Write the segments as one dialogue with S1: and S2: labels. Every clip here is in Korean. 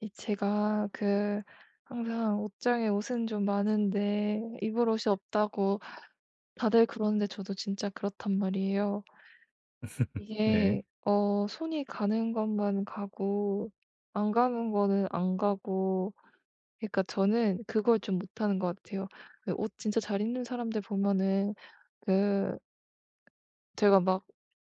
S1: 이 제가 그 항상 옷장에 옷은 좀 많은데 입을 옷이 없다고 다들 그러는데 저도 진짜 그렇단 말이에요.
S2: 네.
S1: 이게 손이 가는 것만 가고 안 가는 거는 안 가고, 그러니까 저는 그걸 좀 못하는 것 같아요. 그옷 진짜 잘 입는 사람들 보면은 그 제가 막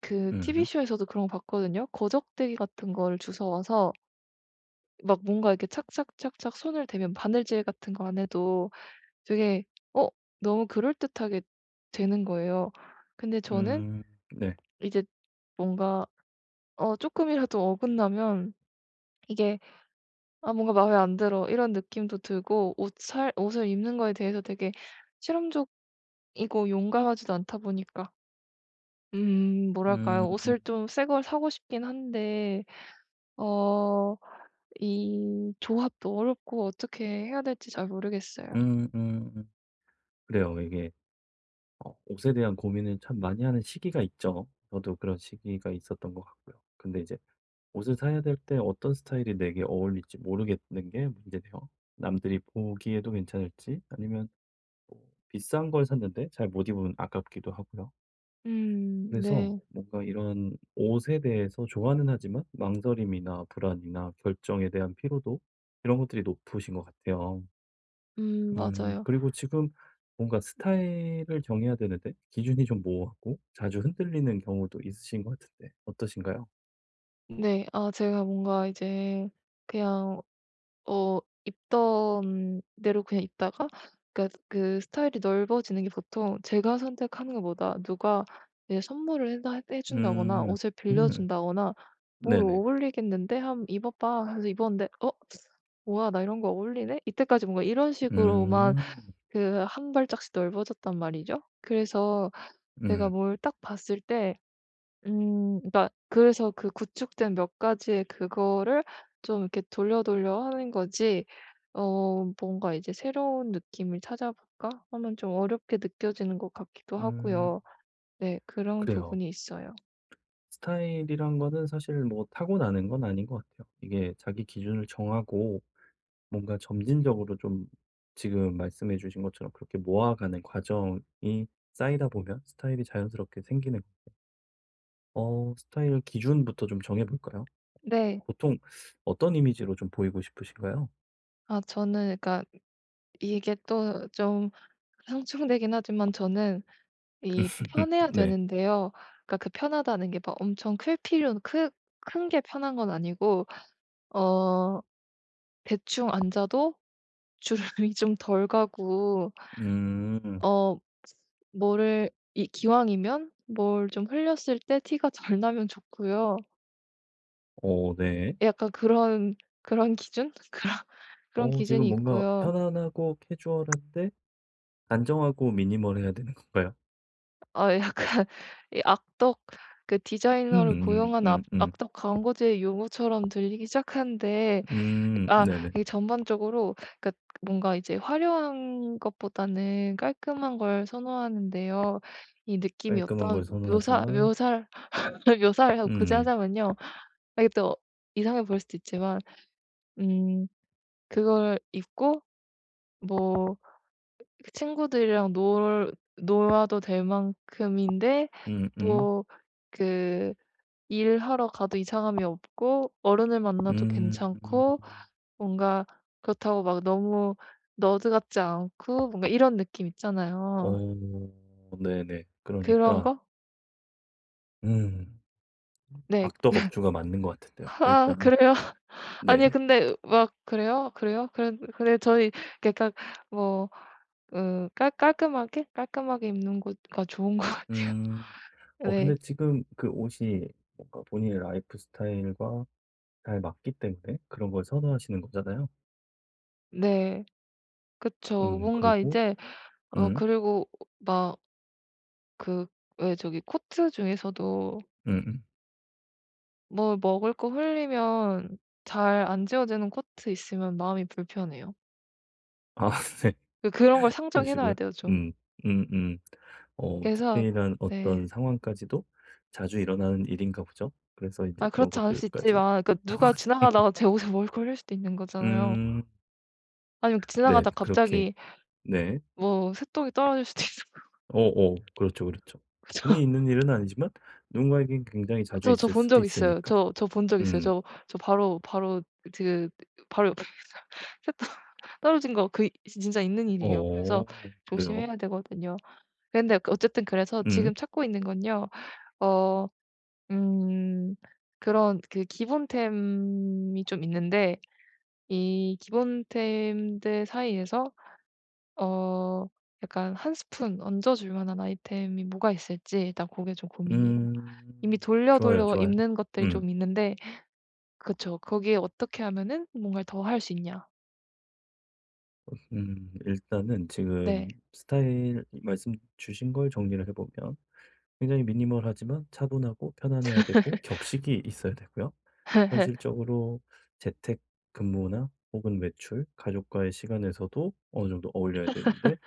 S1: 그
S2: 음음.
S1: TV쇼에서도 그런 거 봤거든요. 거적대기 같은 거를 주워 와서 막 뭔가 이렇게 착착착착 손을 대면 바느질 같은 거 안 해도 되게 어 너무 그럴듯하게 되는 거예요. 근데 저는
S2: 음 네.
S1: 이제 뭔가 조금이라도 어긋나면 이게 '아 뭔가 마음에 안 들어.' 이런 느낌도 들고 옷 살 옷을 입는 거에 대해서 되게 실험적이고 용감하지도 않다 보니까
S2: 음.
S1: 뭐랄까요? 옷을 좀 새 걸 사고 싶긴 한데 어 이 조합도 어렵고 어떻게 해야 될지 잘 모르겠어요.
S2: 음 음. 그래요. 이게 옷에 대한 고민을 참 많이 하는 시기가 있죠. 저도 그런 시기가 있었던 것 같고요. 근데 이제 옷을 사야 될 때 어떤 스타일이 내게 어울릴지 모르겠는 게 문제네요. 남들이 보기에도 괜찮을지 아니면 뭐 비싼 걸 샀는데 잘 못 입으면 아깝기도 하고요. 그래서
S1: 네.
S2: 뭔가 이런 옷에 대해서 좋아는 하지만 망설임이나 불안이나 결정에 대한 피로도 이런 것들이 높으신 것 같아요.
S1: 맞아요.
S2: 그리고 지금 뭔가 스타일을 정해야 되는데 기준이 좀 모호하고 자주 흔들리는 경우도 있으신 것 같은데 어떠신가요?
S1: 네. 아 제가 뭔가 이제 그냥 어 입던 대로 그냥 입다가, 그러니까 그 스타일이 넓어지는 게 보통 제가 선택하는 것보다 누가 이제 선물을 해다 해 준다거나
S2: 음.
S1: 옷을 빌려
S2: 음.
S1: 준다거나 "뭐
S2: 네네.
S1: 어울리겠는데? 한번 입어 봐." 그래서 입었는데 '어 뭐야 나 이런 거 어울리네?' 이때까지 뭔가 이런 식으로만
S2: 음.
S1: 그 한 발짝씩 넓어졌단 말이죠. 그래서 제가
S2: 음.
S1: 뭘 딱 봤을 때 그러니까 그래서 그 구축된 몇 가지의 그거를 좀 이렇게 돌려 돌려 하는 거지 뭔가 이제 '새로운 느낌을 찾아볼까?' 하면 좀 어렵게 느껴지는 것 같기도
S2: 음.
S1: 하고요. 네, 그런
S2: 그래요.
S1: 부분이 있어요.
S2: 스타일이란 거는 사실 뭐 타고나는 건 아닌 것 같아요. 이게 자기 기준을 정하고 뭔가 점진적으로 좀 지금 말씀해 주신 것처럼 그렇게 모아가는 과정이 쌓이다 보면 스타일이 자연스럽게 생기는 거예요. 스타일 기준부터 좀 정해 볼까요?
S1: 네.
S2: 보통 어떤 이미지로 좀 보이고 싶으신가요?
S1: 아 저는 그러니까 이게 또 좀 상충되긴 하지만 저는 이 편해야
S2: 네.
S1: 되는데요. 그러니까 그 편하다는 게 막 엄청 클 필요는, 큰 게 편한 건 아니고 어 대충 앉아도 주름이 좀 덜 가고
S2: 음.
S1: 어 뭐를 이 기왕이면 뭘 좀 흘렸을 때 티가 덜 나면 좋고요.
S2: 어 네.
S1: 약간 그런 그런 기준? 그런 그런
S2: 지금
S1: 기준이
S2: 뭔가
S1: 있고요.
S2: 편안하고 캐주얼한데 단정하고 미니멀해야 되는 건가요?
S1: 아 약간 이 악덕 그
S2: 음.
S1: 디자이너를
S2: 음.
S1: 고용한 압
S2: 음. 음.
S1: 악덕 광고주의 요구처럼 들리기 시작하는데
S2: 음. 음.
S1: 아
S2: 네네.
S1: 이게 전반적으로 그러니까 뭔가 이제 화려한 것보다는 깔끔한 걸 선호하는데요. 이 느낌이
S2: 깔끔한
S1: 어떤
S2: 걸 선호하지만.
S1: 묘사, 그걸 묘사를 하고 굳이
S2: 음.
S1: 하자면요. 아 이게 또 이상해 보일 수도 있지만 음 그걸 입고 뭐 그 친구들이랑 놀 놀아도 될 만큼인데
S2: 음음.
S1: 또 그 일하러 가도 이상함이 없고 어른을 만나도
S2: 음. 음.
S1: 괜찮고 뭔가 그렇다고 막 너무 너드 같지 않고 뭔가 이런 느낌 있잖아요.
S2: 어 네네.
S1: 그런
S2: 그러니까
S1: 거?
S2: 음
S1: 네.
S2: 악덕업주가 맞는 것 같은데요 일
S1: "아
S2: 단
S1: 그래요?" 아니
S2: 네.
S1: 근데 막 "그래요? 그래요?" 그런 근데 저희 그러니까 뭐 그 깔 깔끔하게, 깔끔하게 입는 거가 좋은 것 같아요.
S2: 음.
S1: 네.
S2: 근데 지금 그 옷이 뭔가 본인의 라이프 스타일과 잘 맞기 때문에 그런 걸 선호하시는 거잖아요.
S1: 네. 그쵸. 뭔가
S2: 그리고.
S1: 이제
S2: 음.
S1: 그리고 막 그 왜 저기 코트 중에서도
S2: 음음.
S1: 뭘 먹을 거 흘리면 잘 안 지워지는 코트 있으면 마음이 불편해요.
S2: 아 네.
S1: 그 그런 걸 상정해
S2: 그러시고요.
S1: 놔야 돼요 좀.
S2: 음. 음음.
S1: 그래서
S2: 디테일한
S1: 네.
S2: 어떤 상황까지도 자주 일어나는 일인가 보죠. 그래서 이제
S1: 아
S2: 그런
S1: 그렇지 않을 수
S2: 것들까지.
S1: 있지만 그러니까 누가 지나가다가 제 옷에 먹을 걸 흘릴 수도 있는 거잖아요.
S2: 음.
S1: 아니면
S2: 네.
S1: 지나가다
S2: 그렇게.
S1: 갑자기
S2: 네.
S1: 뭐 새똥이 떨어질 수도 있는
S2: 어어. 그렇죠, 그렇죠. 흔히
S1: 거죠.
S2: 있는 일은 아니지만 누군가에겐 굉장히 자주
S1: 저 저
S2: 있을
S1: 본
S2: 수도
S1: 적 있어요.
S2: 있으니까.
S1: 저 저 본 적 있어요.
S2: 음.
S1: 저 저 바로 바로 그 바로 옆에 있어요. 떨어진 거 그 진짜 있는 일이에요.
S2: 어
S1: 그래서
S2: 그래요?
S1: 조심해야 되거든요. 근데 그 어쨌든 그래서
S2: 음.
S1: 지금 찾고 있는 건요. 어 음 그런 그 기본템이 좀 있는데 이 기본템들 사이에서 어 약간 한 스푼 얹어 줄 만한 아이템이 뭐가 있을지 일단 고게 좀 고민이에요. 이미
S2: 음.
S1: 돌려
S2: 좋아요,
S1: 돌려
S2: 좋아요.
S1: 입는 것들이
S2: 음.
S1: 좀 있는데 그쵸. 거기에 어떻게 하면은 뭔가를 더 할 수 있냐.
S2: 일단은
S1: 네.
S2: 지금 스타일 말씀 주신 걸 정리를 해 보면 굉장히 미니멀하지만 차분하고 편안해야 되고 격식이 있어야 되고요. 현실적으로 재택근무나 혹은 외출, 가족과의 시간에서도 어느 정도 어울려야 되는데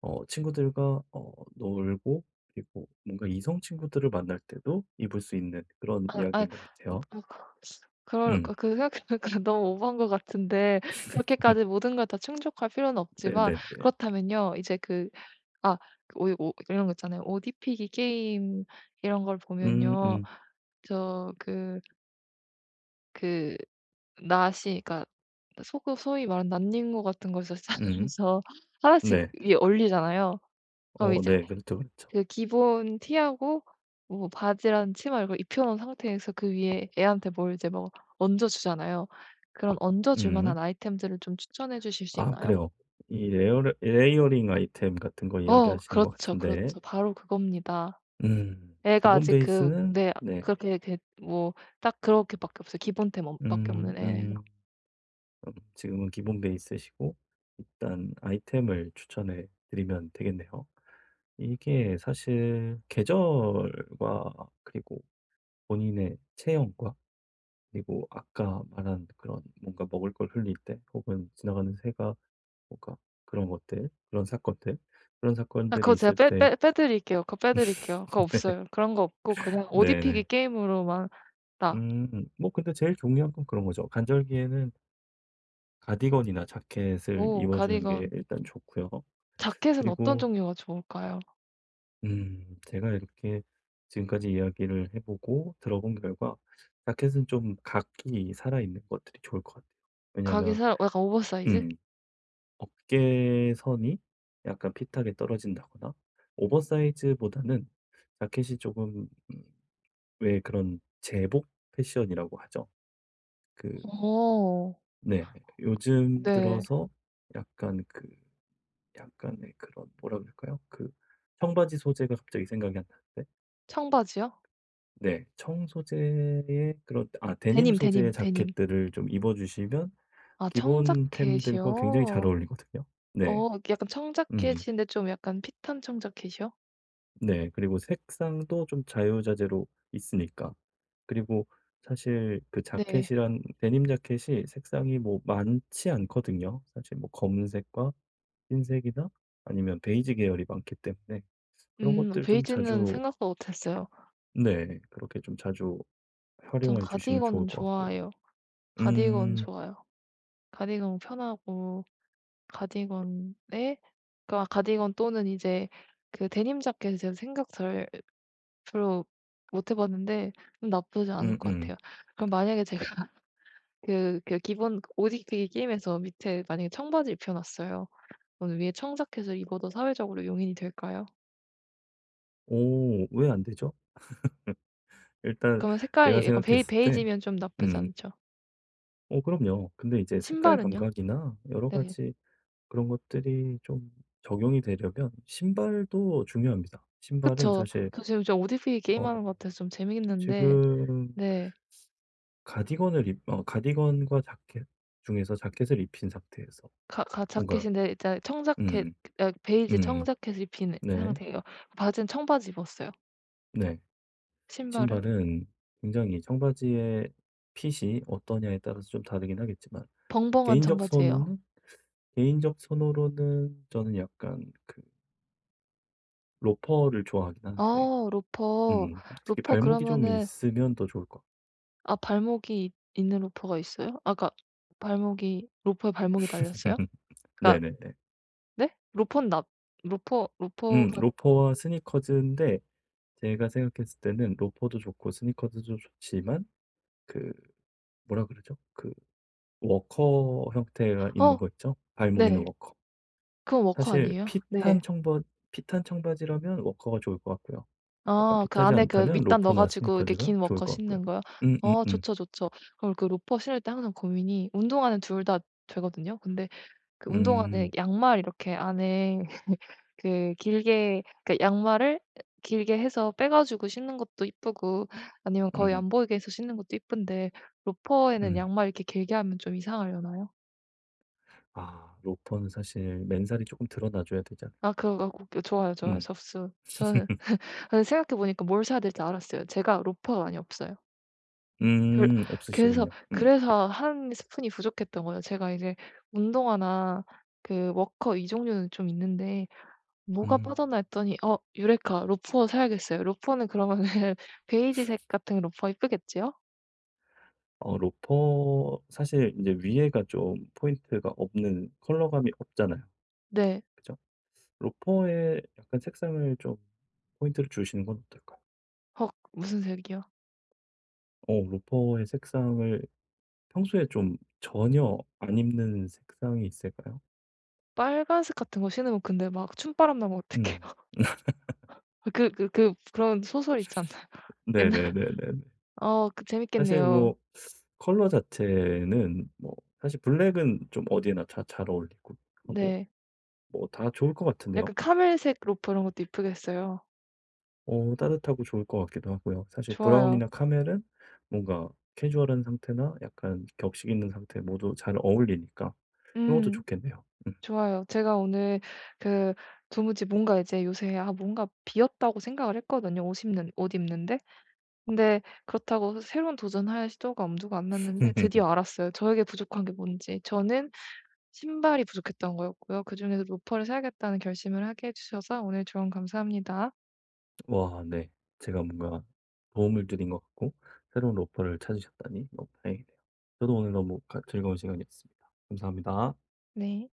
S2: 친구들과 놀고 그리고 뭔가 이성 친구들을 만날 때도 입을 수 있는 그런
S1: 아 아
S2: 이야기인 것 같아요.
S1: 어, 그럴
S2: 음.
S1: 그 그 생각해보니까 너무 오버한 것 같은데 그렇게까지 모든 걸 다 충족할 필요는 없지만
S2: 네네네.
S1: 그렇다면요. 이제 그 아 오이 오 오, 이런 거 있잖아요. 옷 입히기 게임 이런 걸
S2: 음
S1: 보면요.
S2: 음
S1: 저 그 그 낫이 그러니까 소 소위 말하는 낫닝구 같은 걸서
S2: 음.
S1: 하나씩
S2: 네.
S1: 위에 올리잖아요. 그럼
S2: 어
S1: 이제
S2: 네. 그렇죠, 그렇죠.
S1: 그 기본 티하고 뭐 바지랑 치마 이걸 입혀 놓은 상태에서 그 위에 애한테 뭘 이제 뭐 얹어 주잖아요. 그런 얹어 줄
S2: 음.
S1: 만한 아이템들을 좀 추천해 주실 수
S2: 아
S1: 있나요?
S2: 그래요. 이 레어 레이어링 아이템 같은 거
S1: 어
S2: 이야기하시는 것
S1: 그렇죠,
S2: 같은데
S1: 그렇죠. 바로 그겁니다. 애가
S2: 기본
S1: 아직 그
S2: 베이스는.
S1: 네
S2: 네.
S1: 그렇게 그 뭐 딱 그렇게밖에 없어요. 기본템 없 밖에
S2: 음.
S1: 없는 애예요.
S2: 음. 지금은 기본 베이스시고 일단 아이템을 추천해 드리면 되겠네요. 이게 사실 계절과 그리고 본인의 체형과 그리고 아까 말한 그런 뭔가 먹을 걸 흘릴 때 혹은 지나가는 새가 뭔가 그런 것들, 그런 사건들, 그런
S1: 아
S2: 사건들이
S1: 그거 제가
S2: 있을 때.
S1: 빼 드릴게요. 그거 빼 드릴게요. 그거 없어요. 그런 거 없고 그냥 옷
S2: 네네.
S1: 입히기 게임으로만 나,
S2: 뭐 근데 제일 중요한 건 그런 거죠. 간절기에는 가디건이나 자켓을
S1: 오,
S2: 입어 주는 게
S1: 가디건.
S2: 일단 좋고요.
S1: 자켓은 어떤
S2: 그리고
S1: 종류가 좋을까요?
S2: 제가 이렇게 지금까지 이야기를 해보고 들어본 결과, 자켓은 좀 각기 살아있는 것들이 좋을 것 같아요.
S1: 가기
S2: 왜냐면,
S1: 살아 약간 오버사이즈?
S2: 음, 어깨선이 약간 핏하게 떨어진다거나, 오버사이즈보다는 자켓이 조금, 음, 왜 그런 제복 패션이라고 하죠? 그.
S1: 어.
S2: 네, 요즘
S1: 네.
S2: 들어서 약간 그, 약간의 그런, 뭐라 그럴까요? 그, 청바지 소재가 갑자기 생각이 안 나는데.
S1: 청바지요?
S2: 네. 청 소재의 그런 아 데님
S1: 데님,
S2: 소재의
S1: 데님, 데님.
S2: 자켓들을 좀 입어 주시면
S1: 아
S2: 기본템들과 굉장히 잘
S1: 청자켓이요?
S2: 어울리거든요. 네.
S1: 어 약간
S2: 음.
S1: 청자켓인데 좀 약간 핏한 청자켓이요?
S2: 네. 그리고 색상도 좀 자유자재로 있으니까. 그리고 사실 그
S1: 네.
S2: 자켓이란 데님 자켓이 색상이 뭐 많지 않거든요. 사실 뭐 검은색과 흰색이나 아니면 베이지 계열이 많기 때문에 그런 것들 좀
S1: 베이지는
S2: 자주.
S1: 생각도 못 했어요.
S2: 네. 그렇게 좀 자주
S1: 전
S2: 활용해 주시면 좋을
S1: 가디건은
S2: 것 같고요.
S1: 좋아해요. 가디건
S2: 음.
S1: 좋아요. 가디건 편하고 가디건에 그러니까 가디건 또는 이제 그 데님 자켓을 제가 생각 잘 별로 못해 봤는데 나쁘지 않을 것
S2: 음음.
S1: 같아요. 그럼 만약에 제가 그 그 기본 오직 그 게임에서 밑에 만약에 청바지 입혀 놨어요. 그럼 위에 청자켓을 입어도 사회적으로 용인이 될까요?
S2: 오 왜 안 되죠? 일단
S1: 그러면
S2: 내가
S1: 색깔이 약간
S2: 생각했을 때
S1: 베이지면 좀 나쁘지
S2: 음
S1: 않죠.
S2: 그럼요. 근데 이제 색깔
S1: 신발은요?
S2: 감각이나 여러
S1: 네.
S2: 가지 그런 것들이 좀 적용이 되려면 신발도 중요합니다. 신발은
S1: 그쵸.
S2: 사실.
S1: 저 지금 저오디피기
S2: 어
S1: 게임하는 것 같아서 좀 재밌는데
S2: 지금
S1: 네.
S2: 가디건을 입 가디건과 자켓 중에서 자켓을 입힌 상태에서
S1: 가 가
S2: 뭔가.
S1: 자켓인데 일단 청자켓,
S2: 음.
S1: 아 베이지
S2: 음.
S1: 청자켓을 입힌
S2: 네.
S1: 상태예요. 바지는 청바지 입었어요.
S2: 네.
S1: 신발은
S2: 신발은 굉장히 청바지의 핏이 어떠냐에 따라서 좀 다르긴 하겠지만
S1: 벙벙한
S2: 개인적
S1: 청바지예요.
S2: 선호는 개인적 선호로는 저는 약간 그 로퍼를 좋아하긴 하는데.
S1: 아 로퍼.
S2: 특히
S1: 로퍼
S2: 발목이 좀
S1: 그러면은
S2: 있으면 더 좋을 것 같아요.
S1: 아 발목이 있는 로퍼가 있어요? 아까 발목이 로퍼에 발목이 달렸어요? 그러니까
S2: 네네네.
S1: 네? 로퍼는 납 로퍼가
S2: 로퍼와 스니커즈인데 제가 생각했을 때는 로퍼도 좋고 스니커즈도 좋지만 그 뭐라 그러죠? 그 워커 형태가 있는
S1: 어
S2: 거 있죠? 발목 있는
S1: 네.
S2: 워커.
S1: 그건 워커
S2: 사실
S1: 아니에요? 네.
S2: 핏한 청바지라면 워커가 좋을 것 같고요. 약간
S1: 아 그
S2: 핏하지
S1: 안에 그
S2: 않다면
S1: 밑단 넣어
S2: 로퍼나
S1: 가지고 이렇게
S2: 스니커즈가
S1: 긴
S2: 좋을
S1: 워커
S2: 것 같고요.
S1: 신는 거요? 어
S2: 음.
S1: 좋죠, 좋죠. 그럼 그 로퍼 신을 때 항상 고민이 운동화는 둘 다 되거든요. 근데 그 운동화는
S2: 음.
S1: 양말 이렇게 안에 그 길게 그 양말을 길게 해서 빼 가지고 신는 것도 이쁘고 아니면
S2: 음.
S1: 거의
S2: 음.
S1: 안 보이게 해서 신는 것도 이쁜데, 로퍼에는
S2: 음.
S1: 양말 이렇게 길게 하면 좀 이상하려나요?
S2: 아 로퍼는 사실 맨살이 조금 드러나 줘야 되잖아요.
S1: 아 그거 그 좋아요, 좋아요.
S2: 음.
S1: 접수. 저는 근데 생각해 보니까 뭘 사야 될지 알았어요. 제가 로퍼가 많이 없어요. 그 그래서
S2: 없으시군요. 음.
S1: 그래서 한 스푼이 부족했던 거예요. 제가 이제 운동화나 그 워커 이 종류는 좀 있는데 뭐가
S2: 음.
S1: 빠졌나 했더니 어 유레카, 로퍼 사야겠어요. 로퍼는 그러면은 베이지색 같은 로퍼 이쁘겠지요?
S2: 로퍼 사실 이제 위에가 좀 포인트가 없는 컬러감이 없잖아요.
S1: 네.
S2: 그죠? 로퍼에 약간 색상을 좀 포인트를 주시는 건 어떨까요?
S1: 헉 무슨 색이요?
S2: 로퍼의 색상을 평소에 좀 전혀 안 입는 색상이 있을까요?
S1: 빨간색 같은 거 신으면 근데 막 춤바람 나면 어떡해요.
S2: 음.
S1: 그 그 그 그런 소설 있지 않나요? 옛날
S2: 네네네네네.
S1: 어 그
S2: 사실 뭐
S1: 재밌겠네요.
S2: 컬러 자체는 뭐 사실 블랙은 좀 어디에나 다 잘 어울리고 하고
S1: 네.
S2: 뭐 다 좋을 것 같은데요.
S1: 약간 카멜색 로퍼 이런 것도 이쁘겠어요.
S2: 따뜻하고 좋을 것 같기도 하고요. 사실
S1: 좋아요.
S2: 브라운이나 카멜은 뭔가 캐주얼한 상태나 약간 격식 있는 상태 모두 잘 어울리니까 그런 것도
S1: 음
S2: 좋겠네요.
S1: 좋아요. 제가 오늘 그 도무지 뭔가 이제 요새 아 뭔가 비었다고 생각을 했거든요, 옷 입는 옷 입는데. 근데 그렇다고 새로운 도전할 시도가 엄두가 안 났는데 드디어 알았어요. 저에게 부족한 게 뭔지. 저는 신발이 부족했던 거였고요. 그중에서 로퍼를 사야겠다는 결심을 하게 해 주셔서 오늘 조언 감사합니다.
S2: 와 네. 제가 뭔가 도움을 드린 것 같고 새로운 로퍼를 찾으셨다니 너무 다행이네요. 저도 오늘 너무 가 즐거운 시간이었습니다. 감사합니다.
S1: 네.